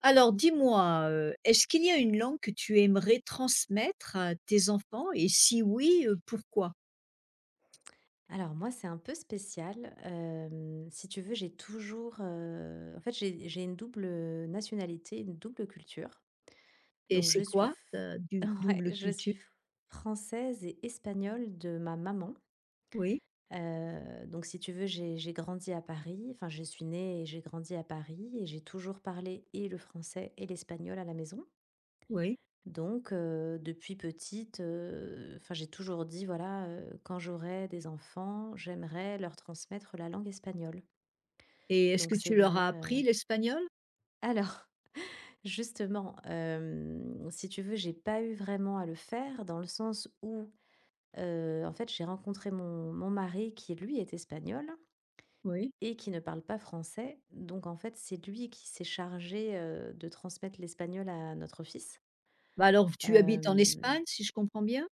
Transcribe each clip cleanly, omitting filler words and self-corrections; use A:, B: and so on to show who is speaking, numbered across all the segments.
A: Alors dis-moi, est-ce qu'il y a une langue que tu aimerais transmettre à tes enfants et si oui, pourquoi?
B: Alors moi, c'est un peu spécial. Si tu veux, j'ai toujours, en fait, j'ai une double nationalité, une double culture.
A: Et
B: Donc je
A: c'est
B: suis
A: quoi
B: f
A: ta du
B: Ouais,
A: double
B: je
A: culture?
B: suis française et espagnole de ma maman.
A: Oui,
B: Donc si tu veux, j'ai grandi à Paris. Enfin, je suis née et j'ai grandi à Paris, et j'ai toujours parlé et le français et l'espagnol à la maison.
A: oui,
B: Donc, depuis petite, enfin, j'ai toujours dit, voilà, quand j'aurai des enfants, j'aimerais leur transmettre la langue espagnole.
A: et est-ce
B: Donc
A: que
B: c'est
A: tu
B: vrai,
A: leur as appris l'espagnol?
B: alors justement, si tu veux, j'ai pas eu vraiment à le faire, dans le sens où, en fait, j'ai rencontré mon mari qui, lui, est espagnol
A: Oui.
B: et qui ne parle pas français. Donc en fait, c'est lui qui s'est chargé, de transmettre l'espagnol à notre fils.
A: Bah, alors tu habites en
B: Hem
A: Espagne si je comprends bien?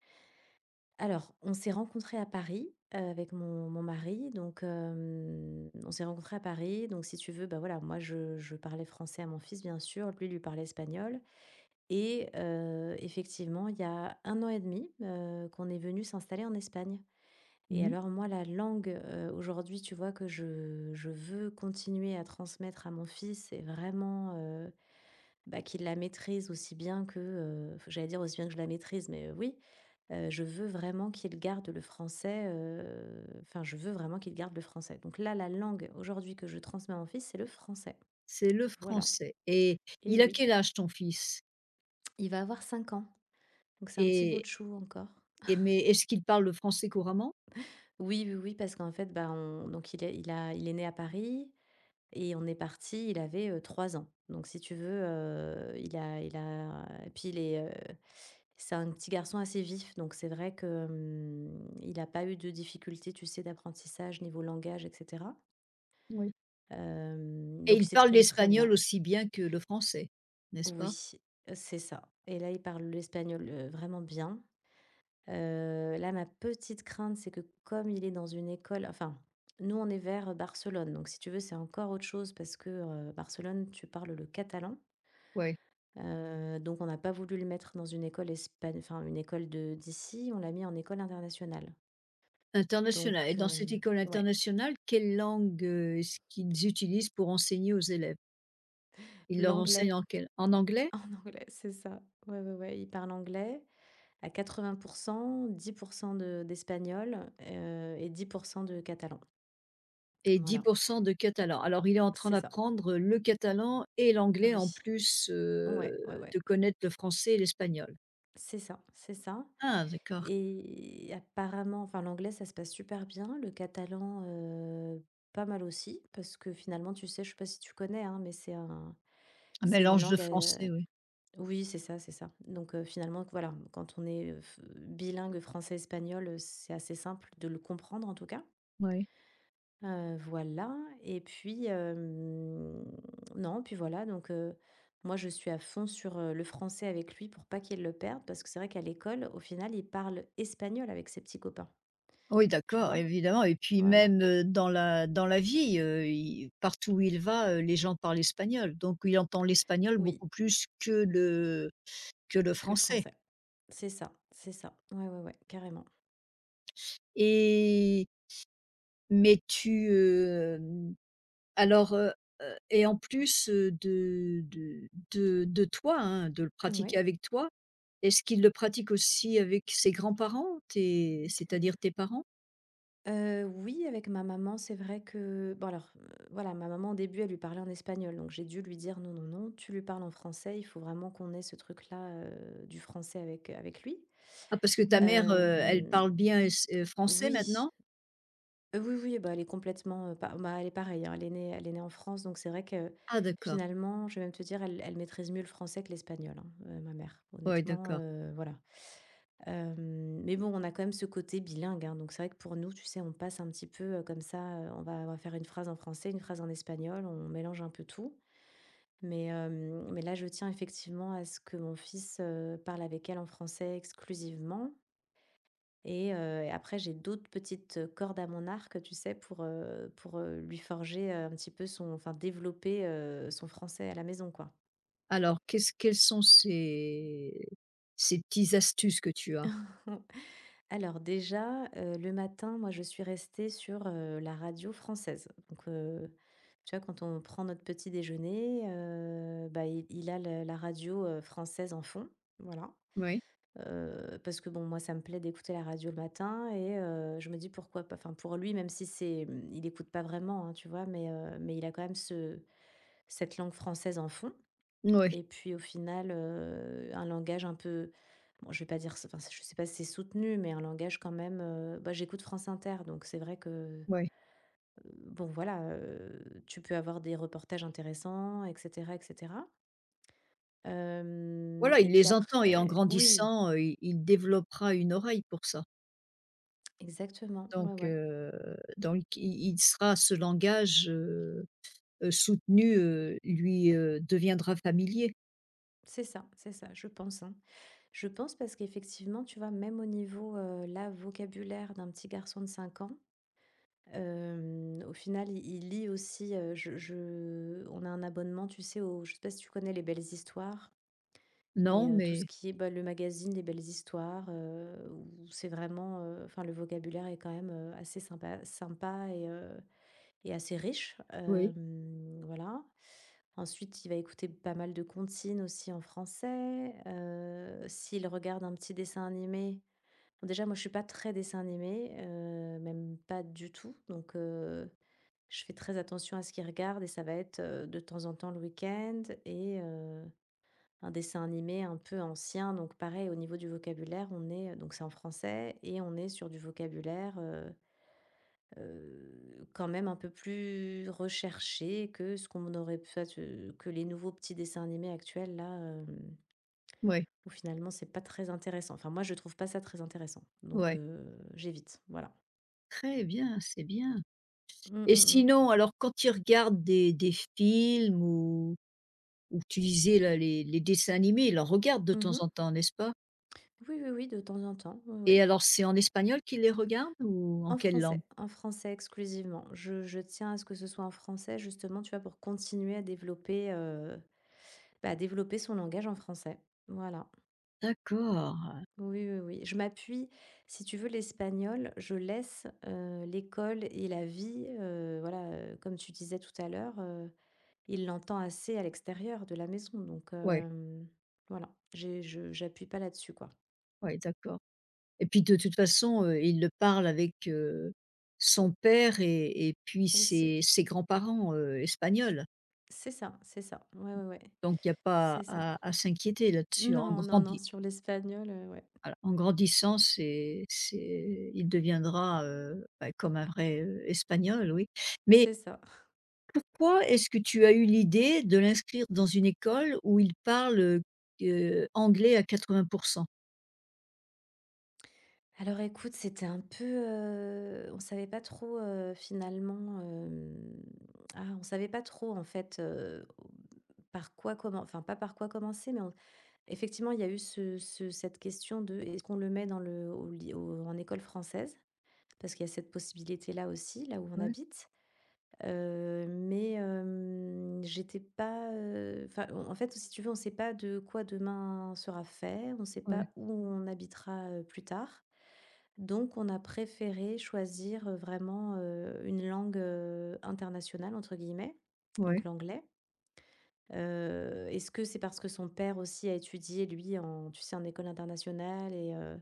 B: Alors, on s'est rencontrés à Paris, avec mon mari. Donc, on s'est rencontrés à Paris. Donc si tu veux, bah, voilà, moi je parlais français à mon fils, bien sûr. Lui parlait espagnol, et effectivement, il y a un an et demi 2 qu'on est venu s'installer en Espagne.
A: Mmh.
B: Et
A: Mmh.
B: alors moi, la langue, aujourd'hui, tu vois, que je veux continuer à transmettre à mon fils, et vraiment, bah, qu'il la maîtrise aussi bien que, j'allais dire aussi bien que je la maîtrise, mais oui. Je veux vraiment qu'il garde le français, enfin, je veux vraiment qu'il garde le français. Donc là, la langue aujourd'hui que je transmets à mon fils, c'est le français.
A: C'est le
B: Voilà.
A: français et
B: Et
A: il a
B: oui,
A: quel âge ton fils?
B: il va avoir 5 ans, donc c'est un petit bout
A: Et
B: de chou encore.
A: et mais est-ce qu'il parle le français couramment?
B: Oui, oui, oui, parce qu'en fait, bah, on donc il est il a il est né à Paris et on est parti. Il avait, 3 ans. Donc si tu veux, il a et puis il est, c'est un petit garçon assez vif, donc c'est vrai que, il a pas eu de difficultés, tu sais, d'apprentissage, niveau langage, et cetera.
A: Oui.
B: Hem,
A: Et
B: donc il
A: il parle
B: s'exprime très
A: l'espagnol
B: bien.
A: aussi bien que le français, n'est-ce pas?
B: Oui, c'est ça. Et là, il parle l'espagnol, vraiment bien. Là, ma petite crainte, c'est que comme il est dans une école, enfin, nous, on est vers Barcelone, donc si tu veux, c'est encore autre chose parce que, Barcelone, tu parles le catalan.
A: Oui.
B: Donc on n'a pas voulu le mettre dans une école espagne, enfin, une école de d'ici, on l'a mis en école internationale. Donc,
A: International, et dans cette école
B: ouais.
A: internationale, quelle langue, est-ce qu'ils utilisent pour enseigner aux élèves? Ils leur
B: L'anglais,
A: enseignent en quel en anglais
B: en anglais, c'est ça. Ouais, ouais, ouais, il parle anglais. À 80, 10 de d'espagnols, et 10 de catalans.
A: et dix
B: Voilà,
A: pour cent de catalan. Alors il est en train
B: c'est ça,
A: d'apprendre le catalan et l'anglais en
B: oui.
A: plus,
B: Ouais, ouais, ouais,
A: de connaître le français et l'espagnol.
B: c'est ça, c'est ça.
A: Ah d'accord,
B: Et apparemment, enfin l'anglais, ça se passe super bien. Le catalan, pas mal aussi, parce que finalement, tu sais, je sais pas si tu connais, hein, mais
A: un
B: c'est une
A: mélange de
B: langue,
A: français, oui.
B: oui, c'est ça, c'est ça. Donc finalement, voilà, quand on est, f bilingue français-espagnol, c'est assez simple de le comprendre, en tout cas.
A: Oui.
B: Voilà. Et puis, non, puis voilà, donc, moi je suis à fond sur, le français avec lui pour pas qu'il le perde, parce que c'est vrai qu'à l'école, au final, il parle espagnol avec ses petits copains,
A: Oui,
B: tu
A: d'accord,
B: vois?
A: évidemment, et puis
B: Voilà.
A: même, dans la vie, il partout où il va, les gens parlent espagnol, donc il entend l'espagnol
B: Oui,
A: beaucoup plus que le
B: que le
A: français.
B: français. C'est ça, c'est ça. Ouais, ouais, ouais, carrément.
A: Et mais tu, alors, et en plus, de toi, hein, de le pratiquer
B: Ouais.
A: avec toi, est-ce qu'il le pratique aussi avec ses grands-parents? Tes C'est-à-dire tes parents?
B: Oui, avec ma maman, c'est vrai que bon alors, voilà, ma maman au début elle lui parlait en espagnol, donc j'ai dû lui dire: «Non, non, non, tu lui parles en français, il faut vraiment qu'on ait ce truc-là, du français avec lui».
A: Ah parce que ta mère, elle
B: Hem,
A: parle bien es français
B: oui.
A: maintenant?
B: Oui, oui, bah, elle est complètement, pa bah, elle est pareille, hein, elle est née en France, donc c'est vrai que
A: Ah d'accord.
B: finalement, je vais même te dire, elle maîtrise mieux le français que l'espagnol, hein, ma mère.
A: Oui,
B: Honnêtement,
A: d'accord.
B: voilà. Mais bon, on a quand même ce côté bilingue, hein. Donc c'est vrai que pour nous, tu sais, on passe un petit peu, comme ça, on va faire une phrase en français, une phrase en espagnol, on mélange un peu tout. Mais là, je tiens effectivement à ce que mon fils, parle avec elle en français exclusivement. Et après, j'ai d'autres petites cordes à mon arc, tu sais, pour lui forger, un petit peu son enfin développer, son français à la maison, quoi.
A: Alors qu'est-ce quelles sont ces petites astuces que tu as?
B: Alors déjà, le matin, moi je suis restée sur, la radio française. Donc, tu vois, quand on prend notre petit déjeuner, bah, il a le la radio, française en fond, voilà.
A: Oui,
B: Parce que bon, moi, ça me plaît d'écouter la radio le matin, et je me dis: «Pourquoi pas?» Enfin, pour lui, même si c'est, il écoute pas vraiment, hein, tu vois? Mais il a quand même ce cette langue française en fond.
A: oui,
B: Et puis au final, un langage un peu bon, je vais pas dire, enfin, je sais pas si c'est soutenu, mais un langage quand même, bah, j'écoute France Inter. Donc c'est vrai que, heu,
A: oui.
B: bon, voilà, tu peux avoir des reportages intéressants, et cetera, et cetera. Hem
A: Voilà, il
B: Et puis
A: les entend et en
B: après, oui,
A: grandissant, il développera une oreille pour ça.
B: exactement, ouais,
A: Donc
B: ouais.
A: heu, donc il sera ce langage, soutenu, lui, deviendra familier.
B: C'est ça, je pense, hein. Je pense parce qu'effectivement, tu vois, même au niveau, là, vocabulaire d'un petit garçon de 5 ans, au final, il lit aussi. Je On a un abonnement, tu sais, au je sais pas si tu connais Les Belles Histoires,
A: Non,
B: et tout ce
A: mais
B: qui est, bah, le magazine Les Belles Histoires, où c'est vraiment, enfin, le vocabulaire est quand même, assez sympa sympa, et et assez riche,
A: oui,
B: voilà. Ensuite, il va écouter pas mal de comptines aussi en français. S'il regarde un petit dessin animé, bon, déjà moi je suis pas très dessin animé, même pas du tout. Donc je fais très attention à ce qu'il regarde, et ça va être, de temps en temps le week-end. Et un dessin animé un peu ancien, donc pareil au niveau du vocabulaire, on est, donc c'est en français et on est sur du vocabulaire. Quand même un peu plus recherché que ce qu'on aurait pu fait, que les nouveaux petits dessins animés actuels là,
A: oui,
B: où finalement c'est pas très intéressant. Enfin, moi je trouve pas ça très intéressant, donc
A: oui.
B: j'évite, voilà.
A: Très bien, c'est bien.
B: Mmh
A: Et
B: mh
A: sinon, alors quand il regarde des films ou tu disais là les dessins animés, il en regarde de
B: mh.
A: temps
B: Mmh.
A: en temps, n'est-ce pas?
B: Oui, oui, oui, de temps en temps, oui,
A: Et
B: oui.
A: alors c'est en espagnol qu'ils les regardent ou en quelle langue?
B: En français exclusivement. Je tiens à ce que ce soit en français justement, tu vois, pour continuer à développer, bah, à développer son langage en français. Voilà.
A: D'accord,
B: Oui, oui, oui. Je m'appuie, si tu veux, l'espagnol, je laisse l'école et la vie, voilà, comme tu disais tout à l'heure, il l'entend assez à l'extérieur de la maison. Donc,
A: ouais,
B: voilà, j'appuie pas là-dessus, quoi.
A: ouais, d'accord. Et puis de toute façon, il le parle avec, son père et puis
B: Aussi.
A: ses grands-parents, espagnols.
B: C'est ça, c'est ça. Ouais, ouais, ouais.
A: Donc il n'y a pas
B: C'est ça.
A: à s'inquiéter là-dessus. En
B: Non, non, non,
A: grandi
B: sur l'espagnol, ouais.
A: Voilà, en grandissant, c'est il deviendra, bah, comme un vrai, espagnol, oui. Mais
B: C'est ça.
A: pourquoi est-ce que tu as eu l'idée de l'inscrire dans une école où il parle, anglais à 80?
B: Alors écoute, c'était un peu, on savait pas trop, finalement, on savait pas trop en fait. Par quoi Comment, enfin, pas par quoi commencer, mais on effectivement, il y a eu ce ce cette question de: «Est-ce qu'on le met dans le au ly au en école française?» Parce qu'il y a cette possibilité-là aussi, là où on
A: Ouais,
B: habite, mais j'étais pas, enfin, on en fait, si tu veux, on ne sait pas de quoi demain sera fait, on ne sait
A: ouais,
B: pas où on habitera, plus tard. Donc on a préféré choisir, vraiment, une langue, «internationale» entre guillemets,
A: ouais.
B: donc l'anglais. Est-ce que c'est parce que son père aussi a étudié, lui, en tu sais, en école internationale? Et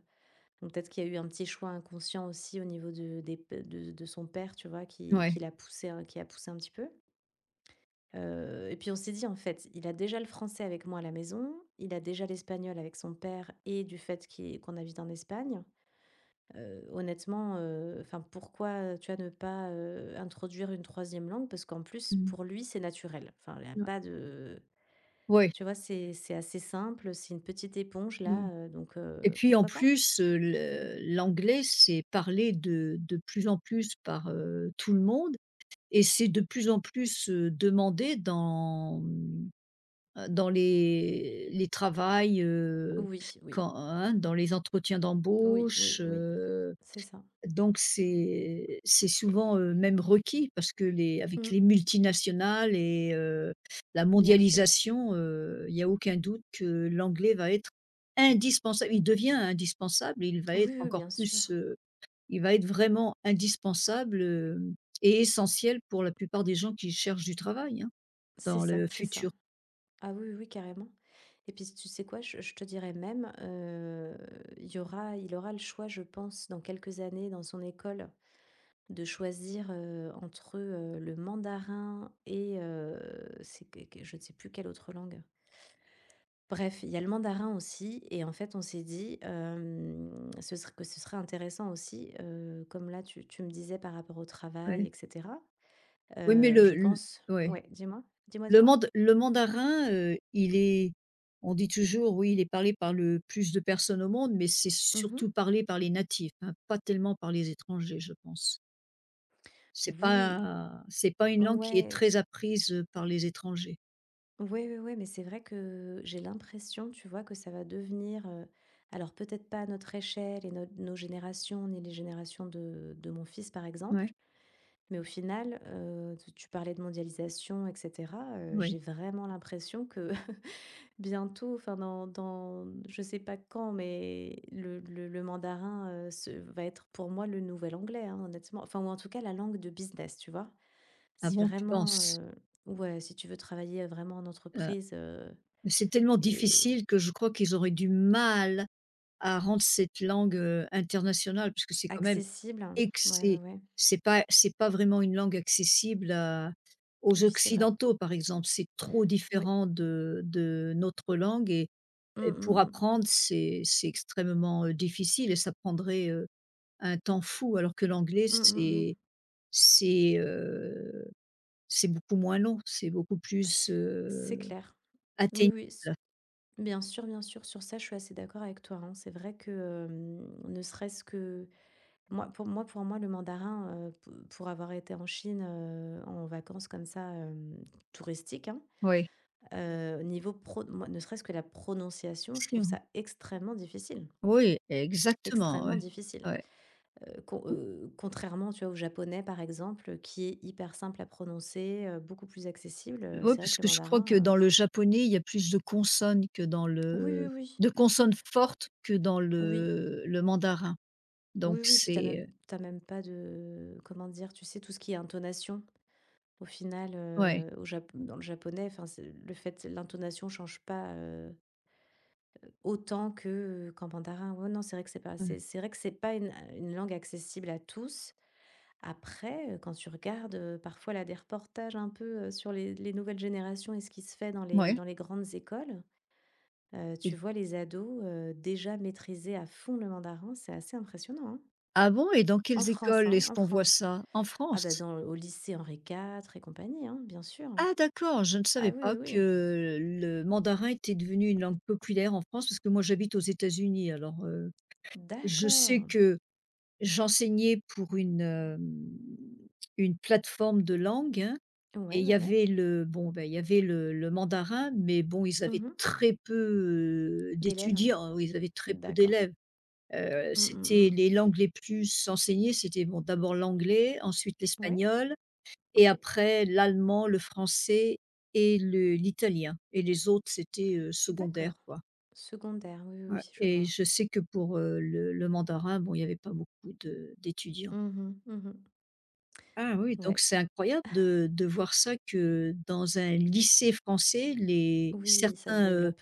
B: donc peut-être qu'il y a eu un petit choix inconscient aussi au niveau de des de son père, tu vois,
A: Ouais.
B: qui l'a poussé un qui a poussé un petit peu? Et puis on s'est dit, en fait, il a déjà le français avec moi à la maison, il a déjà l'espagnol avec son père, et du fait qu'on habite en Espagne. Honnêtement, enfin, pourquoi, tu vois, ne pas, introduire une troisième langue? Parce qu'en plus,
A: Mmh.
B: pour lui, c'est naturel. Enfin, il y a
A: Ouais.
B: pas de
A: Ouais.
B: tu vois, c'est assez simple, c'est une petite éponge
A: Mmh.
B: là, donc
A: Et puis en
B: pourquoi pas?
A: plus, le l'anglais, c'est parlé de plus en plus par, tout le monde, et c'est de plus en plus, demandé dans, mmh, dans les travails,
B: Oui, oui,
A: quand hein, dans les entretiens
B: oui, oui,
A: d'embauche.
B: oui, c'est ça.
A: Donc c'est souvent, même requis parce que les avec
B: Mmh,
A: les multinationales et la
B: bien sûr.
A: mondialisation, il y a aucun doute que l'anglais va être indispensable. Il devient indispensable, il va être
B: Oui, oui,
A: encore
B: bien sûr.
A: plus, il va être vraiment indispensable, et essentiel pour la plupart des gens qui cherchent du travail, hein,
B: C'est
A: dans
B: ça,
A: le
B: c'est ça.
A: futur.
B: Ah oui, oui, oui, carrément. Et puis, tu sais quoi? Je te dirais même, il aura le choix, je pense, dans quelques années, dans son école, de choisir, entre, le mandarin et, c'est que je ne sais plus quelle autre langue. Bref, il y a le mandarin aussi. Et en fait, on s'est dit, hem, ce ser que ce serait intéressant aussi, comme là, tu me disais par rapport au travail,
A: Ouais.
B: et cetera.
A: Oui, mais le
B: Je
A: l
B: pense,
A: ouais.
B: ouais, dis-moi? Dis-moi, dis-moi?
A: Le mandarin, il est, on dit toujours: «Oui, il est parlé par le plus de personnes au monde», mais c'est
B: Mmh.
A: surtout parlé par les natifs, hein, pas tellement par les étrangers, je pense. C'est
B: Oui,
A: pas c'est pas une langue qui est
B: ouais,
A: très apprise, par les étrangers.
B: ouais, ouais, ouais, mais c'est vrai que j'ai l'impression, tu vois, que ça va devenir, alors peut-être pas à notre échelle et nos générations, ni les générations de mon fils, par
A: Ouais,
B: exemple. Mais au final, t tu parlais de mondialisation, et cetera,
A: oui.
B: j'ai vraiment l'impression que bientôt, enfin dans je sais pas quand, mais le mandarin, se va être pour moi le nouvel anglais, hein, honnêtement. Enfin, ou en tout cas la langue de business, tu vois?
A: Ah
B: Si
A: bon, tu
B: vraiment,
A: penses?
B: ouais, si tu veux travailler vraiment en
A: Heu,
B: entreprise,
A: c'est tellement
B: et
A: difficile que je crois qu'ils auraient du mal à rendre cette langue, internationale, parce que c'est quand même.
B: accessible, hein.
A: Et que
B: Ouais, ouais,
A: c'est
B: ouais.
A: c'est pas c'est pas vraiment une langue accessible à aux
B: Oui, c'est vrai.
A: occidentaux, par exemple. C'est trop
B: Oui.
A: différent de notre langue. Et
B: Mmh,
A: pour
B: mmh mh.
A: apprendre, c'est extrêmement, difficile, et ça prendrait, un temps fou. Alors que l'anglais,
B: Mmh, mmh mh.
A: c'est, heu, c'est beaucoup moins long, c'est beaucoup plus,
B: C'est clair. Oui,
A: atteignable.
B: oui. Bien sûr, sur ça, je suis assez d'accord avec toi, hein. C'est vrai que, ne serait-ce que moi, pour moi, le mandarin, p pour avoir été en Chine, en vacances comme ça, touristiques, hein,
A: Oui.
B: niveau pro moi, ne serait-ce que la prononciation, je
A: Si,
B: trouve
A: hein.
B: ça extrêmement difficile,
A: Oui, exactement,
B: extrêmement
A: ouais.
B: difficile.
A: Ouais.
B: Contrairement, tu vois, au japonais, par exemple, qui est hyper simple à prononcer, beaucoup plus accessible,
A: Ouais,
B: c'est vrai
A: parce
B: que
A: que
B: le
A: je crois que
B: mandarin,
A: dans le japonais, il y a plus de consonnes que dans
B: oui, oui,
A: le
B: oui,
A: de consonnes fortes que dans
B: oui.
A: le mandarin. Donc
B: Oui, oui, puis
A: c'est
B: t'as même pas de, comment dire? Tu sais, tout ce qui est intonation, au final,
A: ouais,
B: au Jap dans le japonais, enfin, c'est le fait, l'intonation change pas, autant que, qu'en mandarin. Ouais, non, c'est vrai que
A: ouais,
B: c'est vrai que c'est pas une langue accessible à tous. Après, quand tu regardes, parfois là, des reportages un peu, sur les nouvelles générations, et ce qui se fait
A: ouais.
B: dans les grandes écoles, tu
A: Et
B: vois les ados, déjà maîtriser à fond le mandarin, c'est assez impressionnant, hein.
A: ah bon? Et dans
B: En
A: quelles
B: France,
A: écoles
B: hein,
A: est-ce
B: en
A: qu'on voit
B: France.
A: ça? En
B: Ah bah,
A: France?
B: dans au lycée Henri IV et compagnie, hein, bien sûr, hein.
A: Ah d'accord, je ne
B: Ah
A: savais
B: oui, oui,
A: pas
B: oui.
A: que le mandarin était devenu une langue populaire en France, parce que moi j'habite aux États-Unis, alors, je sais
B: D'accord.
A: que j'enseignais pour une, une plateforme de langue, hein. Et
B: Ouais,
A: il
B: ouais,
A: y
B: ouais.
A: avait le bon, bah, il y avait le mandarin, mais bon, ils avaient
B: Mmh.
A: très peu,
B: D'élèves?
A: d'étudiants, oui, ils avaient très peu
B: D'accord.
A: d'élèves.
B: Mmh, mmh,
A: C'était les langues les plus enseignées, c'était bon, d'abord l'anglais, ensuite
B: mmh. Ouais,
A: l'espagnol, et
B: OK.
A: après l'allemand, le français et le l'italien, et les autres, c'était, secondaire,
B: D'accord.
A: quoi.
B: Secondaire, oui, oui,
A: Ouais,
B: oui, je
A: et
B: vois.
A: je sais que pour, le mandarin, bon, il y avait pas beaucoup de d'étudiants.
B: Mmh mh, mmh.
A: Ah oui, donc
B: Ouais.
A: c'est incroyable de voir ça, que dans un lycée français, les
B: Oui, ça se
A: certains,
B: développe.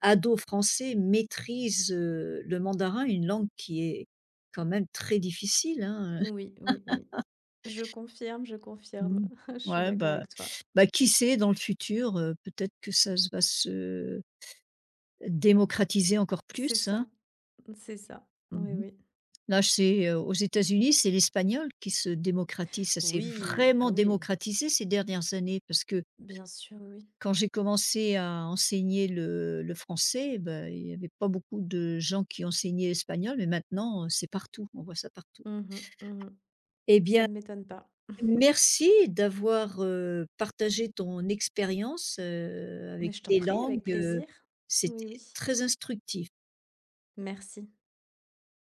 A: ados français maîtrisent, le mandarin, une langue qui est quand même très difficile, hein,
B: Oui, oui, oui. Je confirme, je confirme.
A: Mmh.
B: Je suis
A: Ouais,
B: d'accord
A: bah
B: avec toi.
A: bah, qui sait, dans le futur, peut-être que ça s va se démocratiser encore
B: C'est
A: plus, hein.
B: ça, c'est ça. Oui,
A: Mmh.
B: oui.
A: Là, c'est, aux États-Unis, c'est l'espagnol qui se démocratise. Ça s'est
B: Oui, ah
A: vraiment
B: oui,
A: démocratisé ces dernières années parce que
B: bien sûr, oui, oui.
A: quand j'ai commencé à enseigner le français, bah, il n'y avait pas beaucoup de gens qui enseignaient l'espagnol, mais maintenant, c'est partout, on voit ça partout.
B: Mmh mmh.
A: Eh
B: Ça
A: bien,
B: ne m'étonne pas.
A: merci d'avoir, partagé ton expérience,
B: Mais
A: avec
B: je t'en
A: les
B: prie,
A: langues,
B: avec plaisir.
A: c'était
B: Oui, oui.
A: très instructif.
B: Merci.